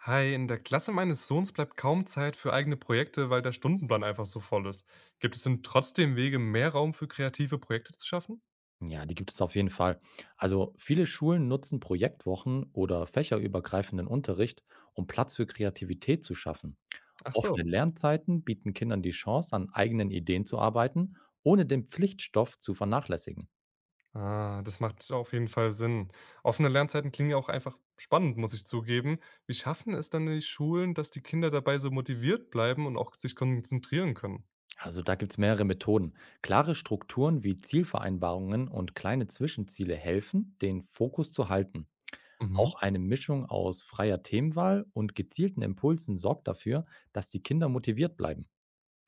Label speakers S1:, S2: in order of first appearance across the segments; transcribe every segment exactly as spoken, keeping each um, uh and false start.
S1: Hi, in der Klasse meines Sohns bleibt kaum Zeit für eigene Projekte, weil der Stundenplan einfach so voll ist. Gibt es denn trotzdem Wege, mehr Raum für kreative Projekte zu schaffen?
S2: Ja, die gibt es auf jeden Fall. Also viele Schulen nutzen Projektwochen oder fächerübergreifenden Unterricht, um Platz für Kreativität zu schaffen.
S1: Ach
S2: Offene
S1: so.
S2: Lernzeiten bieten Kindern die Chance, an eigenen Ideen zu arbeiten, ohne den Pflichtstoff zu vernachlässigen.
S1: Ah, das macht auf jeden Fall Sinn. Offene Lernzeiten klingen ja auch einfach spannend, muss ich zugeben. Wie schaffen es dann die Schulen, dass die Kinder dabei so motiviert bleiben und auch sich konzentrieren können?
S2: Also da gibt es mehrere Methoden. Klare Strukturen wie Zielvereinbarungen und kleine Zwischenziele helfen, den Fokus zu halten.
S1: Mhm.
S2: Auch eine Mischung aus freier Themenwahl und gezielten Impulsen sorgt dafür, dass die Kinder motiviert bleiben.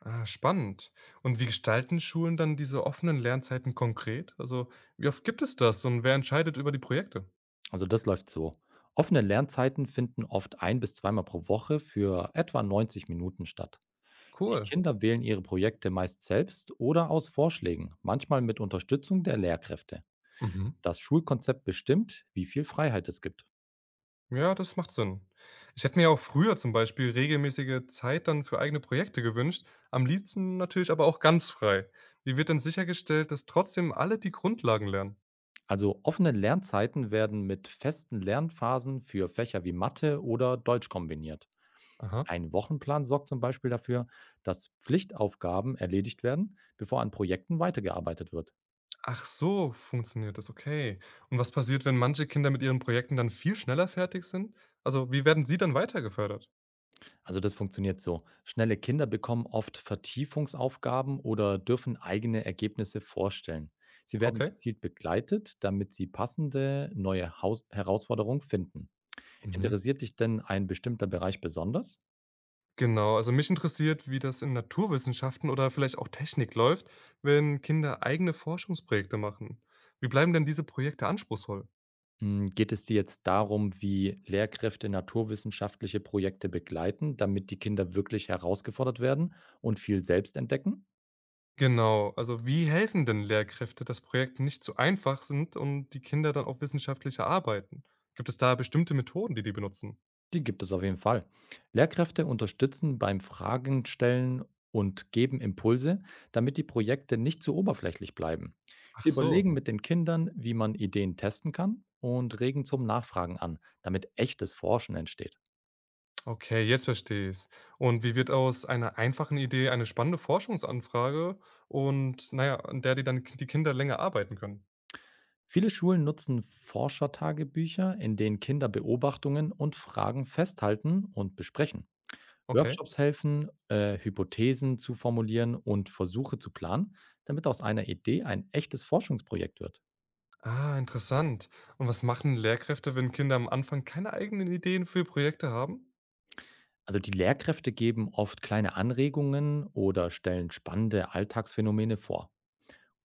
S1: Ah, spannend. Und wie gestalten Schulen dann diese offenen Lernzeiten konkret? Also, wie oft gibt es das und wer entscheidet über die Projekte?
S2: Also das läuft so. Offene Lernzeiten finden oft ein bis zweimal pro Woche für etwa neunzig Minuten statt. Die
S1: Cool.
S2: Kinder wählen ihre Projekte meist selbst oder aus Vorschlägen, manchmal mit Unterstützung der Lehrkräfte.
S1: Mhm.
S2: Das Schulkonzept bestimmt, wie viel Freiheit es gibt.
S1: Ja, das macht Sinn. Ich hätte mir auch früher zum Beispiel regelmäßige Zeit dann für eigene Projekte gewünscht, am liebsten natürlich aber auch ganz frei. Wie wird denn sichergestellt, dass trotzdem alle die Grundlagen lernen?
S2: Also offene Lernzeiten werden mit festen Lernphasen für Fächer wie Mathe oder Deutsch kombiniert.
S1: Aha.
S2: Ein Wochenplan sorgt zum Beispiel dafür, dass Pflichtaufgaben erledigt werden, bevor an Projekten weitergearbeitet wird.
S1: Ach so, funktioniert das, okay. Und was passiert, wenn manche Kinder mit ihren Projekten dann viel schneller fertig sind? Also, wie werden sie dann weiter gefördert?
S2: Also das funktioniert so. Schnelle Kinder bekommen oft Vertiefungsaufgaben oder dürfen eigene Ergebnisse vorstellen. Sie werden
S1: Okay.
S2: gezielt begleitet, damit sie passende neue Haus Herausforderungen finden.
S1: Mhm.
S2: Interessiert dich denn ein bestimmter Bereich besonders?
S1: Genau, also mich interessiert, wie das in Naturwissenschaften oder vielleicht auch Technik läuft, wenn Kinder eigene Forschungsprojekte machen. Wie bleiben denn diese Projekte anspruchsvoll?
S2: Hm, geht es dir jetzt darum, wie Lehrkräfte naturwissenschaftliche Projekte begleiten, damit die Kinder wirklich herausgefordert werden und viel selbst entdecken?
S1: Genau, also wie helfen denn Lehrkräfte, dass Projekte nicht zu einfach sind und die Kinder dann auch wissenschaftlicher arbeiten? Gibt es da bestimmte Methoden, die die benutzen?
S2: Die gibt es auf jeden Fall. Lehrkräfte unterstützen beim Fragen stellen und geben Impulse, damit die Projekte nicht zu oberflächlich bleiben.
S1: Ach
S2: Sie
S1: so,
S2: überlegen mit den Kindern, wie man Ideen testen kann, und regen zum Nachfragen an, damit echtes Forschen entsteht.
S1: okay, jetzt verstehe ich's. Und wie wird aus einer einfachen Idee eine spannende Forschungsanfrage und, naja, an der die dann die Kinder länger arbeiten können?
S2: Viele Schulen nutzen Forschertagebücher, in denen Kinder Beobachtungen und Fragen festhalten und besprechen.
S1: Okay.
S2: Workshops helfen, äh, Hypothesen zu formulieren und Versuche zu planen, damit aus einer Idee ein echtes Forschungsprojekt wird.
S1: Ah, interessant. Und was machen Lehrkräfte, wenn Kinder am Anfang keine eigenen Ideen für Projekte haben?
S2: Also die Lehrkräfte geben oft kleine Anregungen oder stellen spannende Alltagsphänomene vor.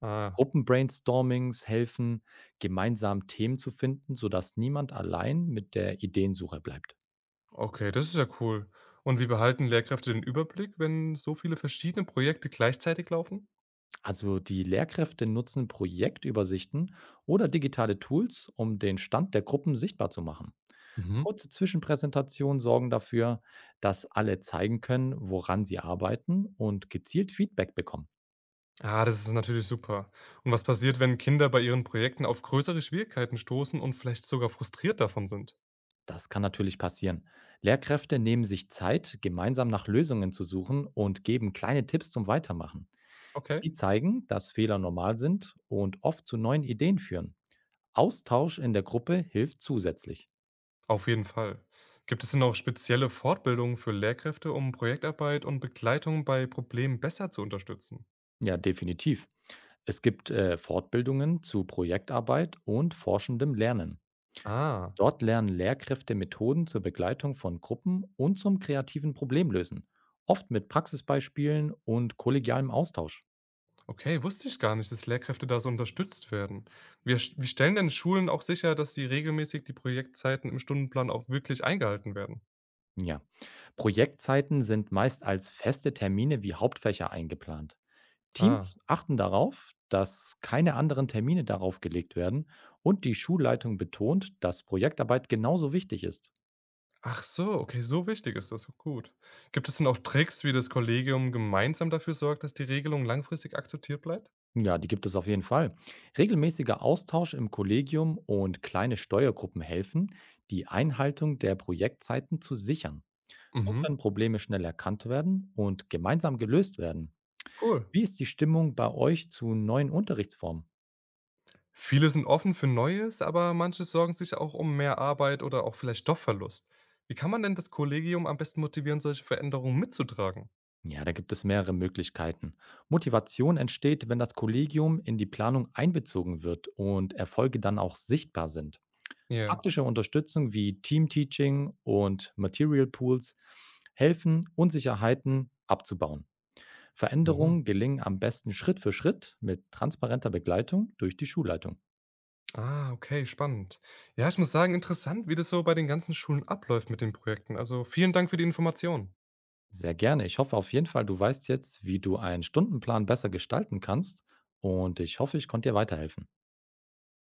S1: Ah,
S2: Gruppenbrainstormings helfen, gemeinsam Themen zu finden, sodass niemand allein mit der Ideensuche bleibt.
S1: okay, das ist ja cool. Und wie behalten Lehrkräfte den Überblick, wenn so viele verschiedene Projekte gleichzeitig laufen?
S2: Also die Lehrkräfte nutzen Projektübersichten oder digitale Tools, um den Stand der Gruppen sichtbar zu machen.
S1: Mhm.
S2: Kurze Zwischenpräsentationen sorgen dafür, dass alle zeigen können, woran sie arbeiten und gezielt Feedback bekommen.
S1: Ah, das ist natürlich super. Und was passiert, wenn Kinder bei ihren Projekten auf größere Schwierigkeiten stoßen und vielleicht sogar frustriert davon sind?
S2: Das kann natürlich passieren. Lehrkräfte nehmen sich Zeit, gemeinsam nach Lösungen zu suchen, und geben kleine Tipps zum Weitermachen.
S1: Okay,
S2: Sie zeigen, dass Fehler normal sind und oft zu neuen Ideen führen. Austausch in der Gruppe hilft zusätzlich.
S1: auf jeden Fall. Gibt es denn auch spezielle Fortbildungen für Lehrkräfte, um Projektarbeit und Begleitung bei Problemen besser zu unterstützen?
S2: Ja, definitiv. Es gibt äh, Fortbildungen zu Projektarbeit und forschendem Lernen.
S1: Ah.
S2: Dort lernen Lehrkräfte Methoden zur Begleitung von Gruppen und zum kreativen Problemlösen, oft mit Praxisbeispielen und kollegialem Austausch.
S1: Okay, wusste ich gar nicht, dass Lehrkräfte da so unterstützt werden. Wir, st- wie stellen denn Schulen auch sicher, dass sie regelmäßig die Projektzeiten im Stundenplan auch wirklich eingehalten werden?
S2: Ja. Projektzeiten sind meist als feste Termine wie Hauptfächer eingeplant.
S1: Ah.
S2: Teams achten darauf, dass keine anderen Termine darauf gelegt werden, und die Schulleitung betont, dass Projektarbeit genauso wichtig ist.
S1: Ach so, okay, so wichtig ist das. Gut. Gibt es denn auch Tricks, wie das Kollegium gemeinsam dafür sorgt, dass die Regelung langfristig akzeptiert bleibt?
S2: Ja, die gibt es auf jeden Fall. Regelmäßiger Austausch im Kollegium und kleine Steuergruppen helfen, die Einhaltung der Projektzeiten zu sichern. So
S1: Mhm.
S2: können Probleme schnell erkannt werden und gemeinsam gelöst werden.
S1: Cool.
S2: Wie ist die Stimmung bei euch zu neuen Unterrichtsformen?
S1: Viele sind offen für Neues, aber manche sorgen sich auch um mehr Arbeit oder auch vielleicht Stoffverlust. Wie kann man denn das Kollegium am besten motivieren, solche Veränderungen mitzutragen?
S2: Ja, da gibt es mehrere Möglichkeiten. Motivation entsteht, wenn das Kollegium in die Planung einbezogen wird und Erfolge dann auch sichtbar sind.
S1: Ja.
S2: Praktische Unterstützung wie Teamteaching und Material Pools helfen, Unsicherheiten abzubauen.
S1: Mhm.
S2: Veränderungen gelingen am besten Schritt für Schritt mit transparenter Begleitung durch die Schulleitung.
S1: Ah, okay, spannend. Ja, ich muss sagen, interessant, wie das so bei den ganzen Schulen abläuft mit den Projekten. Also vielen Dank für die Information.
S2: Sehr gerne. Ich hoffe auf jeden Fall, du weißt jetzt, wie du einen Stundenplan besser gestalten kannst, und ich hoffe, ich konnte dir weiterhelfen.